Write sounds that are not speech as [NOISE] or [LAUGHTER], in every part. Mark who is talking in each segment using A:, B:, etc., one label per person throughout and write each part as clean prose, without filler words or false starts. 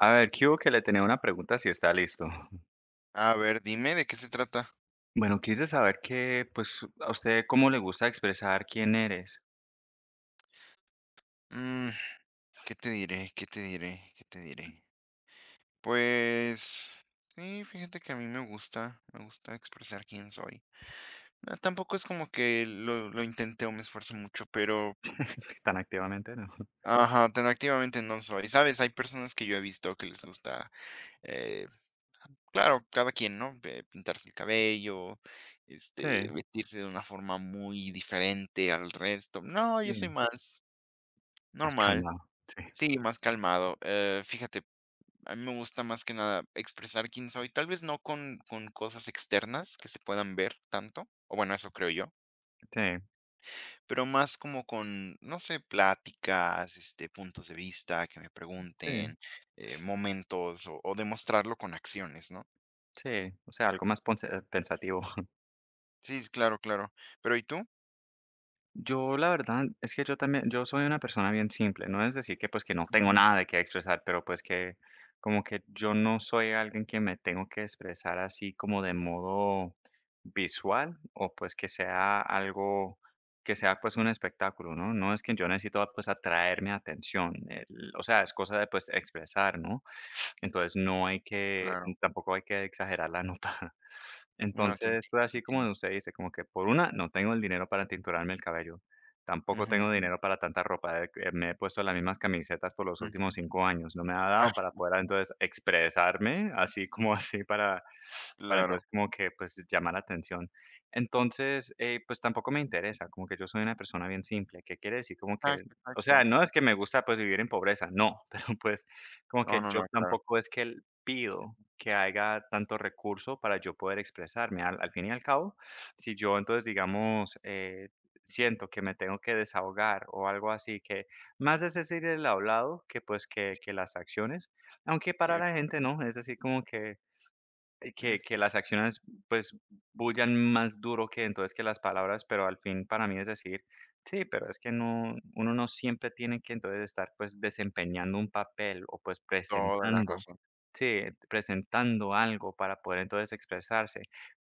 A: A ver, que le tenía una pregunta si está listo.
B: A ver, dime de qué se trata.
A: Bueno, quise saber que, pues, a usted cómo le gusta expresar quién eres.
B: Mm, ¿qué te diré? ¿Qué te diré? ¿Qué te diré? Pues sí, fíjate que a mí me gusta expresar quién soy. Ah, tampoco es como que lo intenté o me esfuerzo mucho, pero
A: [LAUGHS] Tan activamente, ¿no?
B: ajá, tan activamente no soy. Sabes, hay personas que yo he visto que les gusta, eh, claro, cada quien, ¿no? Pintarse el cabello,
A: Sí,
B: este, vestirse de una forma muy diferente al resto. No,
A: sí,
B: yo soy más
A: más
B: normal.
A: calmado. Sí,
B: Sí, más calmado. Fíjate, a mí me gusta más que nada expresar quién soy, tal vez no con cosas externas que se puedan ver tanto, o bueno, eso creo yo,
A: sí,
B: pero más como con, no sé, pláticas, este, puntos de vista que me
A: sí,
B: pregunten, momentos, o demostrarlo con acciones, ¿no?
A: sí. O sea, algo más pensativo.
B: Sí, claro, claro. Pero ¿y tú?
A: Yo la verdad es que yo también, yo soy una persona bien simple, no es decir que pues que no tengo
B: Ujú,
A: nada de qué expresar, pero pues que como que yo no soy alguien que me tengo que expresar así como de modo visual o pues que sea algo que sea pues un espectáculo, ¿no? No es que yo necesito pues atraer mi atención, o sea, es cosa de pues expresar, ¿no? Entonces no hay que,
B: claro.
A: tampoco hay que exagerar la nota. [LAUGHS]
B: No te
A: Entonces, fue
B: entiendo. Te
A: así como
B: entiendo.
A: usted dice, como que por una, no tengo el dinero para tinturarme el cabello, tampoco
B: Ujú,
A: tengo dinero para tanta ropa, que me he puesto las mismas camisetas por los
B: ujú.
A: últimos 5 años, no me ha
B: Ah,
A: dado para poder entonces expresarme así [LAUGHS] como así para entonces
B: claro.
A: como que, pues, llamar la atención. Entonces, pues, tampoco me interesa, como que yo soy una persona bien simple, ¿qué quiere decir? Como
B: Ah,
A: que, o sea,
B: exacto.
A: no es que me gusta, pues, vivir en pobreza, no, [LAUGHS] pero, pues, como
B: No,
A: que
B: no,
A: yo
B: no, claro.
A: tampoco es que pido que haya tanto recurso para yo poder expresarme. Al fin y al cabo, si yo entonces, digamos, siento que me tengo que desahogar o algo así, que más es decir el hablado que pues que las acciones, aunque
B: Sí,
A: para la gente no, es decir, como que que
B: ujú,
A: que las acciones, pues, bullan más duro que entonces que las palabras, pero al fin para mí es decir, sí, pero es que no uno no siempre tiene que entonces estar, pues, desempeñando un papel o, pues,
B: toda la
A: presentando
B: razón.
A: sí, presentando algo para poder entonces expresarse.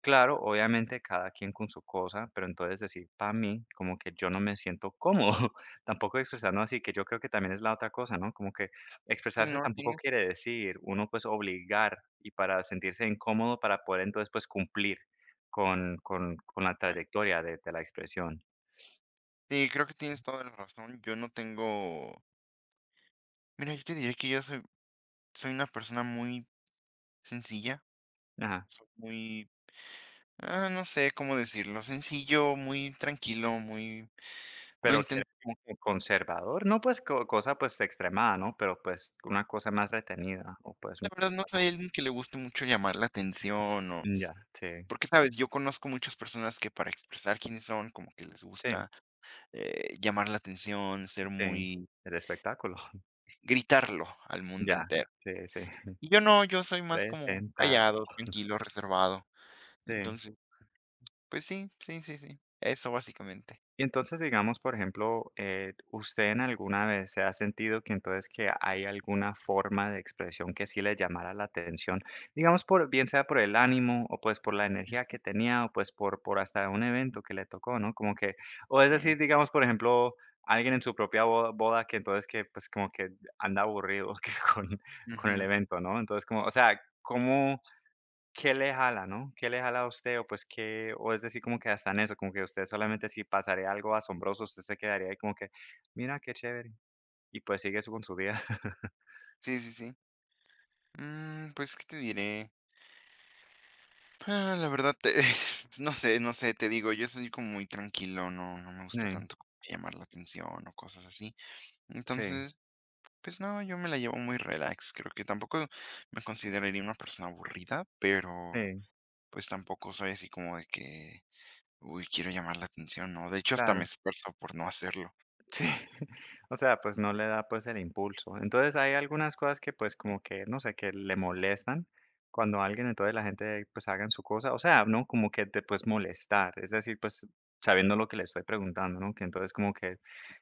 A: Claro, obviamente cada quien con su cosa, pero entonces decir para mí como que yo no me siento cómodo [LAUGHS] tampoco expresando así, que yo creo que también es la otra cosa, ¿no? Como que
B: Sí,
A: expresarse
B: no
A: tampoco
B: tienes.
A: quiere decir uno, pues, obligar y para sentirse incómodo para poder entonces, pues, cumplir con con la
B: ah,
A: trayectoria de la expresión.
B: Sí, creo que tienes toda la razón. Yo no tengo. Mira, yo te diré que yo soy, soy una persona muy sencilla.
A: Ajá.
B: Soy muy. Ah, no sé cómo decirlo. Sencillo, muy tranquilo, muy. No
A: Pero quiere
B: intento.
A: decir como conservador, no, pues, co cosa, pues, extremada, ¿no? Pero, pues, una cosa más retenida o, pues,
B: La
A: una
B: verdad, no
A: cosa más.
B: soy alguien que le guste mucho llamar la atención o.
A: Mm, ya, sí,
B: Porque, sabes, yo conozco muchas personas que para expresar quiénes son, como que les
A: sí,
B: gusta llamar la atención, ser
A: sí,
B: muy.
A: el espectáculo, [LAUGHS]
B: Gritarlo al mundo
A: ya,
B: entero.
A: sí, sí, [LAUGHS]
B: Y yo no, yo soy más como
A: presentar,
B: callado, tranquilo, reservado.
A: sí.
B: Entonces. Pues sí, sí, sí, sí. Eso básicamente.
A: Y entonces, digamos, por ejemplo, ¿usted en alguna vez se ha sentido que entonces que hay alguna forma de expresión que sí le llamara la atención? Digamos, por, bien sea por el ánimo o pues por la energía que tenía o pues por hasta un evento que le tocó, ¿no? Como que, o es
B: Mm,
A: decir, digamos, por ejemplo, alguien en su propia boda, que entonces que pues como que anda aburrido [LAUGHS] que con el
B: ujú.
A: evento, ¿no? Entonces, como, o sea, ¿cómo? ¿Qué le jala, no? ¿Qué le jala a usted? O pues que o es decir, como que hasta en eso, como que usted solamente si pasaría algo asombroso, usted se quedaría ahí como que: "Mira, qué chévere", y pues sigue su con su día. [LAUGHS]
B: Sí, sí, sí. Mm, pues, ¿qué te diré? Ah, la verdad, te [LAUGHS] no sé, te digo, yo soy como muy tranquilo, no me
A: Sí,
B: gusta tanto como llamar la atención o cosas así.
A: sí,
B: Entonces, pues no, yo me la llevo muy relax. Creo que tampoco me consideraría una persona aburrida, pero,
A: sí,
B: pues, tampoco soy así como de que: "Uy, quiero llamar la atención", ¿no? De hecho, hasta me
A: claro.
B: esfuerzo por no hacerlo.
A: Sí, [LAUGHS] o sea, pues no le da, pues, el impulso. Entonces, hay algunas cosas que, pues, como que, no sé, que le molestan cuando alguien, entonces la gente, pues, hagan su cosa, o sea, ¿no? Como que te puedes molestar, es decir, pues, sabiendo lo que le estoy preguntando, ¿no? Que entonces como que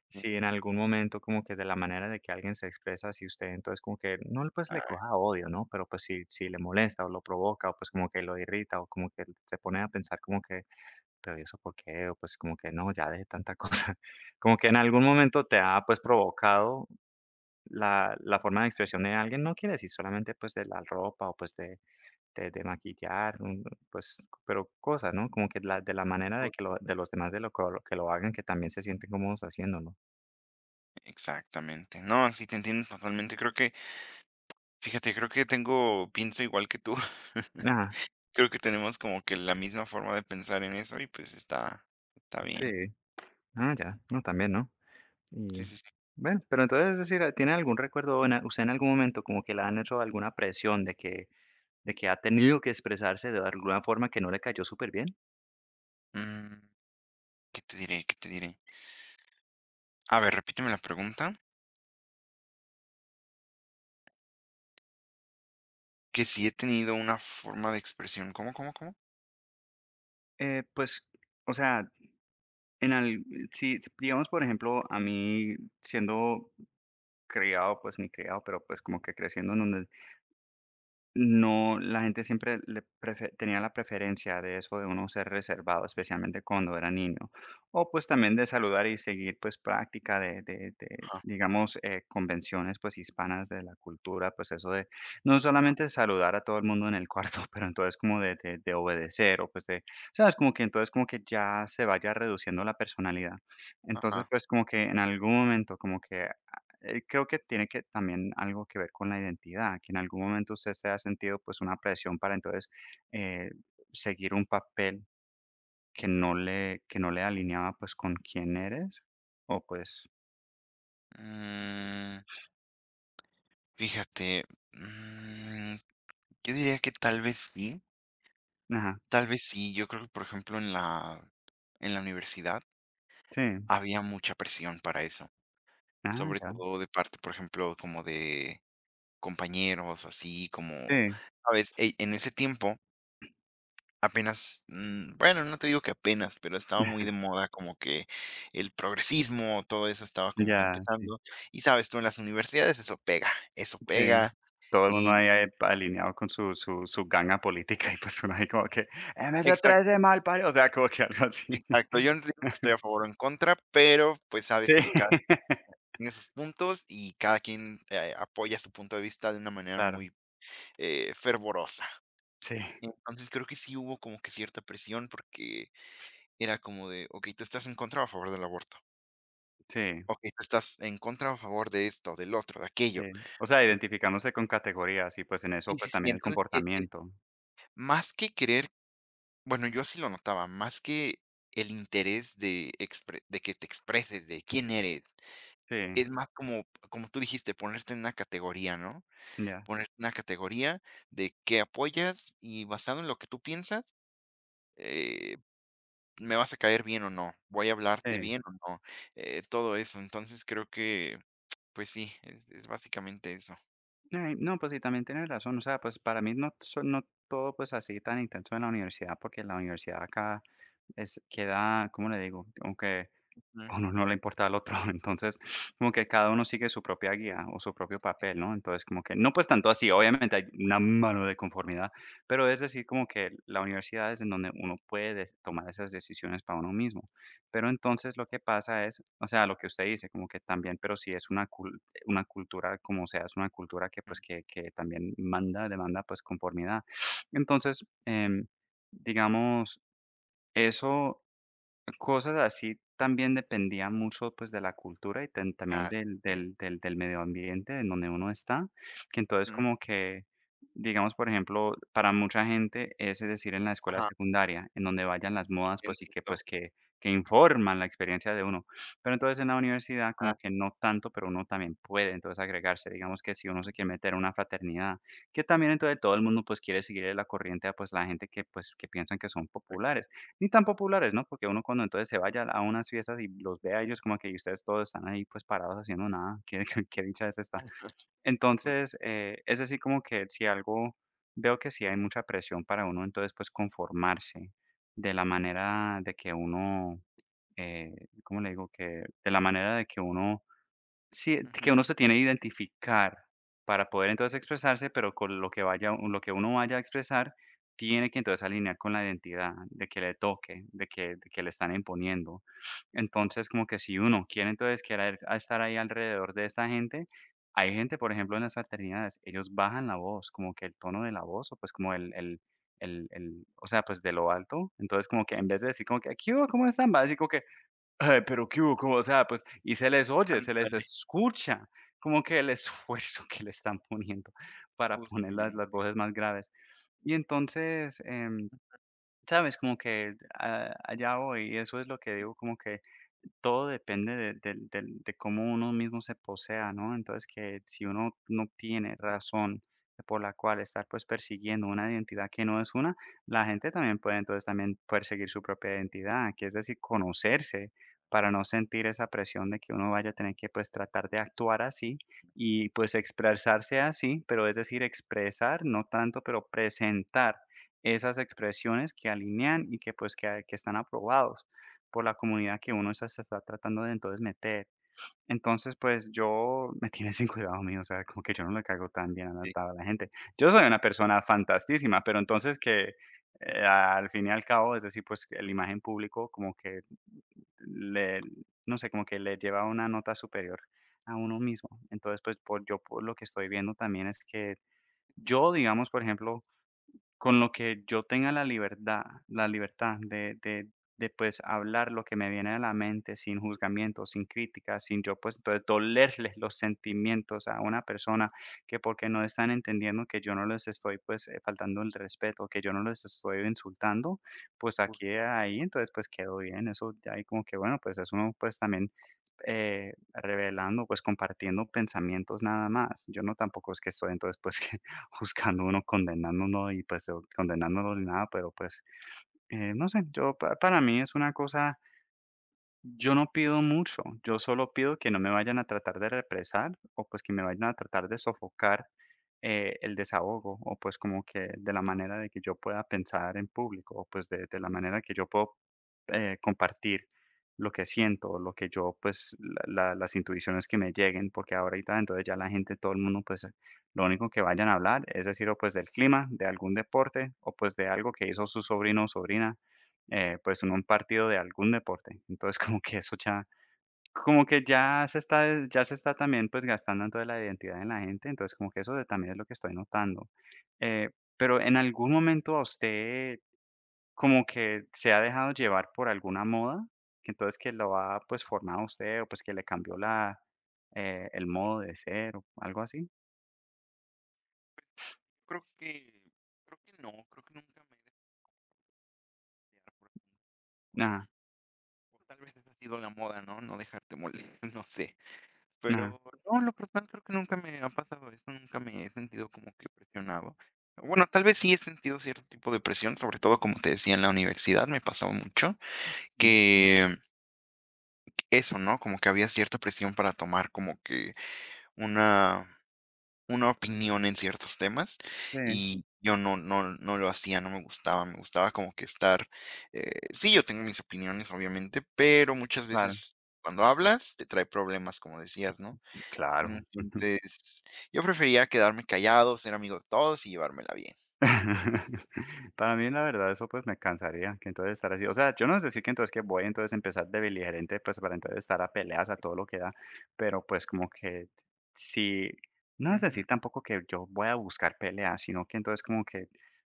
A: si en algún momento como que de la manera de que alguien se expresa así usted, entonces como que no, pues, le coja odio, ¿no? Pero, pues, si le molesta o lo provoca o, pues, como que lo irrita o como que se pone a pensar como que pero ¿y eso por qué? O, pues, como que no, ya dejé tanta cosa. [LAUGHS] Como que en algún momento te ha, pues, provocado la forma de expresión de alguien, no quiere decir solamente, pues, de la ropa o, pues, de de maquillar, pues, pero cosas, ¿no? Como que la de la manera de
B: Ah,
A: que lo de los demás de lo co que lo hagan, que también se sienten cómodos haciéndolo.
B: Exactamente. No, sí te entiendo totalmente. Creo que, fíjate, pienso igual que tú. [LAUGHS]
A: Ajá,
B: Creo que tenemos como que la misma forma de pensar en eso y pues está
A: sí.
B: bien.
A: Ah, ya. No, también, ¿no?
B: Sí,
A: Y,
B: sí, sí.
A: bueno, pero entonces, es decir, ¿tiene algún recuerdo en a usted en algún momento como que le han hecho alguna presión de que ha tenido que expresarse de alguna forma que no le cayó súper bien?
B: Mm, ¿qué te diré? ¿Qué te diré? A ver, repíteme la pregunta. Que si he tenido una forma de expresión. ¿Cómo, cómo, cómo?
A: Pues, o sea, en al, si, digamos, por ejemplo, a mí siendo criado, pues ni criado, pero pues como que creciendo en. No, la gente siempre le prefe tenía la preferencia de eso, de uno ser reservado, especialmente cuando era niño. O, pues, también de saludar y seguir, pues, práctica de de,
B: Ajá,
A: digamos, convenciones, pues, hispanas de la cultura, pues, eso de no solamente saludar a todo el mundo en el cuarto, [LAUGHS] pero entonces como de de obedecer o, pues, de, ¿sabes? Como que entonces como que ya se vaya reduciendo la personalidad. Entonces,
B: ajá.
A: pues, como que en algún momento como que creo que tiene que también algo que ver con la identidad, que en algún momento usted se ha sentido pues una presión para entonces eh, seguir un papel que no le alineaba pues con quién eres, o pues,
B: Mm, fíjate, mm, yo diría que tal vez sí.
A: ajá,
B: Tal vez sí. Yo creo que, por ejemplo, en la universidad
A: sí,
B: había mucha presión para eso.
A: ajá,
B: Sobre
A: ya,
B: todo de parte, por ejemplo, como de compañeros, así como,
A: sí,
B: ¿sabes? Ey, en ese tiempo apenas, mm, bueno, no te digo que apenas, pero estaba muy de
A: [LAUGHS]
B: moda como que el progresismo, todo eso estaba como que
A: ya, sí,
B: empezando. Y sabes, tú en las universidades eso pega, eso
A: sí.
B: pega.
A: Todo el mundo
B: Y
A: ahí alineado con su ganga política y pues uno ahí como que
B: exacto,
A: MS13 mal parido, o sea, como que algo así.
B: exacto. Yo no te digo que estoy a
A: [LAUGHS]
B: favor o en contra, pero pues
A: Sí,
B: sabes que cada
A: [LAUGHS]
B: quien tiene sus puntos y cada quien apoya su punto de vista de una manera
A: claro,
B: muy fervorosa.
A: sí,
B: Entonces, creo que sí hubo como que cierta presión, porque era como de: ok ¿tú estás en contra o a favor del aborto?
A: sí.
B: Ok ¿tú estás en contra o a favor de esto, del otro, de
A: Sí,
B: aquello?".
A: o sea,
B: Mm,
A: identificándose con categorías y, pues, en eso,
B: sí,
A: pues,
B: sí, sí.
A: también el
B: Entonces,
A: comportamiento.
B: más que querer bueno, yo así lo notaba, más que el interés de expre de que te expreses, de quién eres,
A: Sí,
B: es más como como tú dijiste, ponerte en una categoría, ¿no?
A: ya,
B: Ponerte en una categoría de qué apoyas y basado en lo que tú piensas, eh me vas a caer bien o no, voy a hablarte
A: sí.
B: bien o no, todo eso. Entonces creo que, pues sí, es básicamente eso.
A: Ay, no, pues sí, también tienes razón, o sea, pues, para mí no todo, pues, así tan intenso en la universidad, porque la universidad acá es queda, ¿cómo le digo? Como que
B: Ujú.
A: a uno no le importa al otro. [LAUGHS] Entonces, como que cada uno sigue su propia guía o su propio papel, ¿no? Entonces, como que no pues tanto así, obviamente hay una mano de conformidad, pero es decir, como que la universidad es en donde uno puede tomar esas decisiones para uno mismo. Pero entonces lo que pasa es, o sea, lo que usted dice, como que también, pero si es una, una cultura, como sea, es una cultura que pues que también manda, demanda pues conformidad. Entonces, digamos, eso. Cosas así también dependían mucho, pues, de la cultura y tan también
B: Así
A: del
B: es.
A: del medio ambiente en donde uno está, que entonces
B: Mm,
A: como que, digamos, por ejemplo, para mucha gente es decir, en la escuela
B: ajá,
A: secundaria, en donde vayan las modas, pues, y que, pues,
B: entiendo.
A: que informan la experiencia de uno. Pero entonces en la universidad como
B: Ah,
A: que no tanto, pero uno también puede entonces agregarse, digamos que si uno se quiere meter a una fraternidad, que también entonces todo el mundo, pues, quiere seguir la corriente a, pues, la gente que, pues, que piensan que son populares. Ni tan populares, ¿no? Porque uno cuando entonces se vaya a unas fiestas y los ve a ellos como que ustedes todos están ahí pues parados haciendo nada, [LAUGHS] qué dicha es esta.
B: pues,
A: Entonces, es así como que si algo, veo que sí hay mucha presión para uno, entonces pues conformarse de la manera de que uno, eh, ¿cómo le digo? Que de la manera de que uno, sí,
B: ujú,
A: que uno se tiene que identificar para poder entonces expresarse, pero con lo que vaya lo que uno vaya a expresar, tiene que entonces alinear con la identidad de que le toque, de que le están imponiendo. Entonces, como que si uno quiere entonces querer a estar ahí alrededor de esta gente, hay gente, por ejemplo, en las fraternidades, ellos bajan la voz, como que el tono de la voz, o pues como el o sea, pues de lo alto. Entonces, como que en vez de decir como que: "¿Qué hubo? ¿Cómo están?", va a decir como que: "Ay, pero qué hubo", como, o sea, pues, y se les oye, se les
B: ándale,
A: escucha, como que el esfuerzo [LAUGHS] que le están poniendo para poner las
B: justamente.
A: voces más graves. Y entonces, ¿sabes? Como que a allá voy, y eso es lo que digo, como que todo depende de del del de cómo uno mismo se posea, ¿no? Entonces, que si uno no tiene razón por la cual estar, pues, persiguiendo una identidad que no es una, la gente también puede, entonces, también perseguir su propia identidad, que es decir, conocerse para no sentir esa presión de que uno vaya a tener que, pues, tratar de actuar así y, pues, expresarse así, pero es decir, expresar, no tanto, pero presentar esas expresiones que alinean y que, pues, que están aprobados por la comunidad que uno está se está tratando de entonces meter. Entonces, pues yo me tiene sin cuidado mío, o sea, como que yo no le caigo tan bien a la gente. Yo soy una persona fantastísima, pero entonces que,
B: Ujú,
A: al fin y al cabo, es decir, pues que la imagen público como que le no sé, como que le lleva una nota superior a uno mismo. Entonces, pues por yo por lo que estoy viendo también es que
B: sí, sí,
A: yo, digamos, por ejemplo, con lo que yo tenga la libertad de, pues, hablar lo que me viene a la mente sin juzgamiento, sin crítica, sin yo, pues, entonces, dolerles los sentimientos a una persona que porque no están entendiendo que yo no les estoy, pues, faltando el respeto, que yo no les estoy insultando, pues,
B: pues,
A: aquí ahí, entonces, pues, quedó bien. Eso ya ahí como que, bueno, pues, es uno, pues, también, revelando, pues, compartiendo pensamientos nada más. Yo no tampoco es que estoy, entonces, pues [LAUGHS] juzgando uno, condenándolo y, pues, o condenándolo ni nada, pero, pues, no sé, yo pa para mí es una cosa yo no pido mucho, yo solo pido que no me vayan a tratar de represar o pues que me vayan a tratar de sofocar el desahogo o pues como que de la manera de que yo pueda pensar en público o pues de la manera que yo puedo compartir lo que siento, o lo que yo pues las intuiciones que me lleguen, porque ahora ahorita entonces ya la gente, todo el mundo pues lo único que vayan a hablar es decir o pues del clima, de algún deporte o pues de algo que hizo su sobrino o sobrina pues, en un partido de algún deporte. Entonces, [LAUGHS] como que eso ya como que ya se está ya se está también, pues, gastando en toda la identidad de la gente, entonces como que también es lo que estoy notando. Eh, pero, ¿en algún momento a usted como que se ha dejado llevar por alguna moda? Que entonces que lo ha, pues, formado a usted o, pues, que le cambió la, el modo de ser o algo así.
B: pues, creo que, creo que no, creo que nunca me he dejado guiar por la moda,
A: Nada.
B: o tal vez esa ha sido la moda, ¿no? No dejarte molestar, [LAUGHS] no sé.
A: Nada.
B: Pero no, lo personal creo que nunca me ha pasado eso, nunca me he sentido como que presionado. Bueno, tal vez sí he sentido cierto tipo de presión, sobre todo como te decía en la universidad, me pasaba mucho que eso, ¿no? Como que había cierta presión para tomar como que una, una opinión en ciertos temas
A: Sí,
B: y yo no lo hacía, no me gustaba, me gustaba como que estar, sí, yo tengo mis opiniones, obviamente, pero muchas
A: claro,
B: veces cuando hablas te trae problemas, como decías, ¿no?
A: claro. [LAUGHS]
B: Entonces, yo prefería quedarme callado, ser amigo de todos y llevármela bien.
A: [LAUGHS] Para mí, la verdad, eso, pues, me cansaría, que entonces estar así, o sea, yo no es decir que entonces que voy entonces a empezar de beligerante, pues, para entonces estar a peleas a todo lo que da, pero, pues, como que sí, no es
B: Ujú,
A: decir tampoco que yo voy a buscar peleas, sino que entonces como que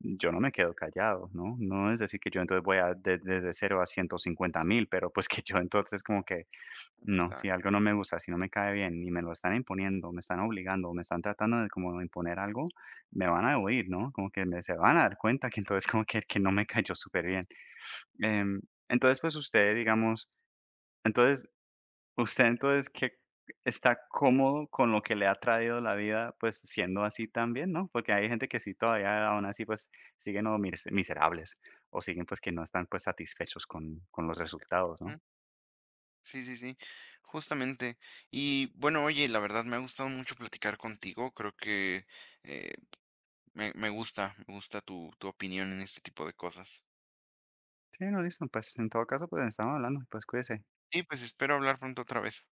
A: yo no me quedo callado, ¿no? No es decir que yo entonces voy a de desde cero a 150.000, pero, pues, que yo entonces como que no, si
B: exacto.
A: algo no me gusta, si no me cae bien y me lo están imponiendo, me están obligando, me están tratando de como imponer algo, me van a oír, ¿no? Como que me, se van a dar cuenta que entonces como que no me cayó súper bien. Em, entonces, pues usted, digamos, entonces, usted entonces que está cómodo con lo que le ha traído la vida, pues siendo así también, ¿no? Porque hay gente que sí todavía aún así pues siguen o miserables o siguen pues que no están pues satisfechos con los resultados, ¿no?
B: Ujú. Sí, sí, sí, justamente. Y bueno, oye, la verdad me ha gustado mucho platicar contigo. Creo que eh, me gusta, tu, tu opinión en este tipo de cosas.
A: Sí, no, listo. Pues en todo caso, pues estamos hablando. Pues cuídese.
B: Y pues espero hablar pronto otra vez.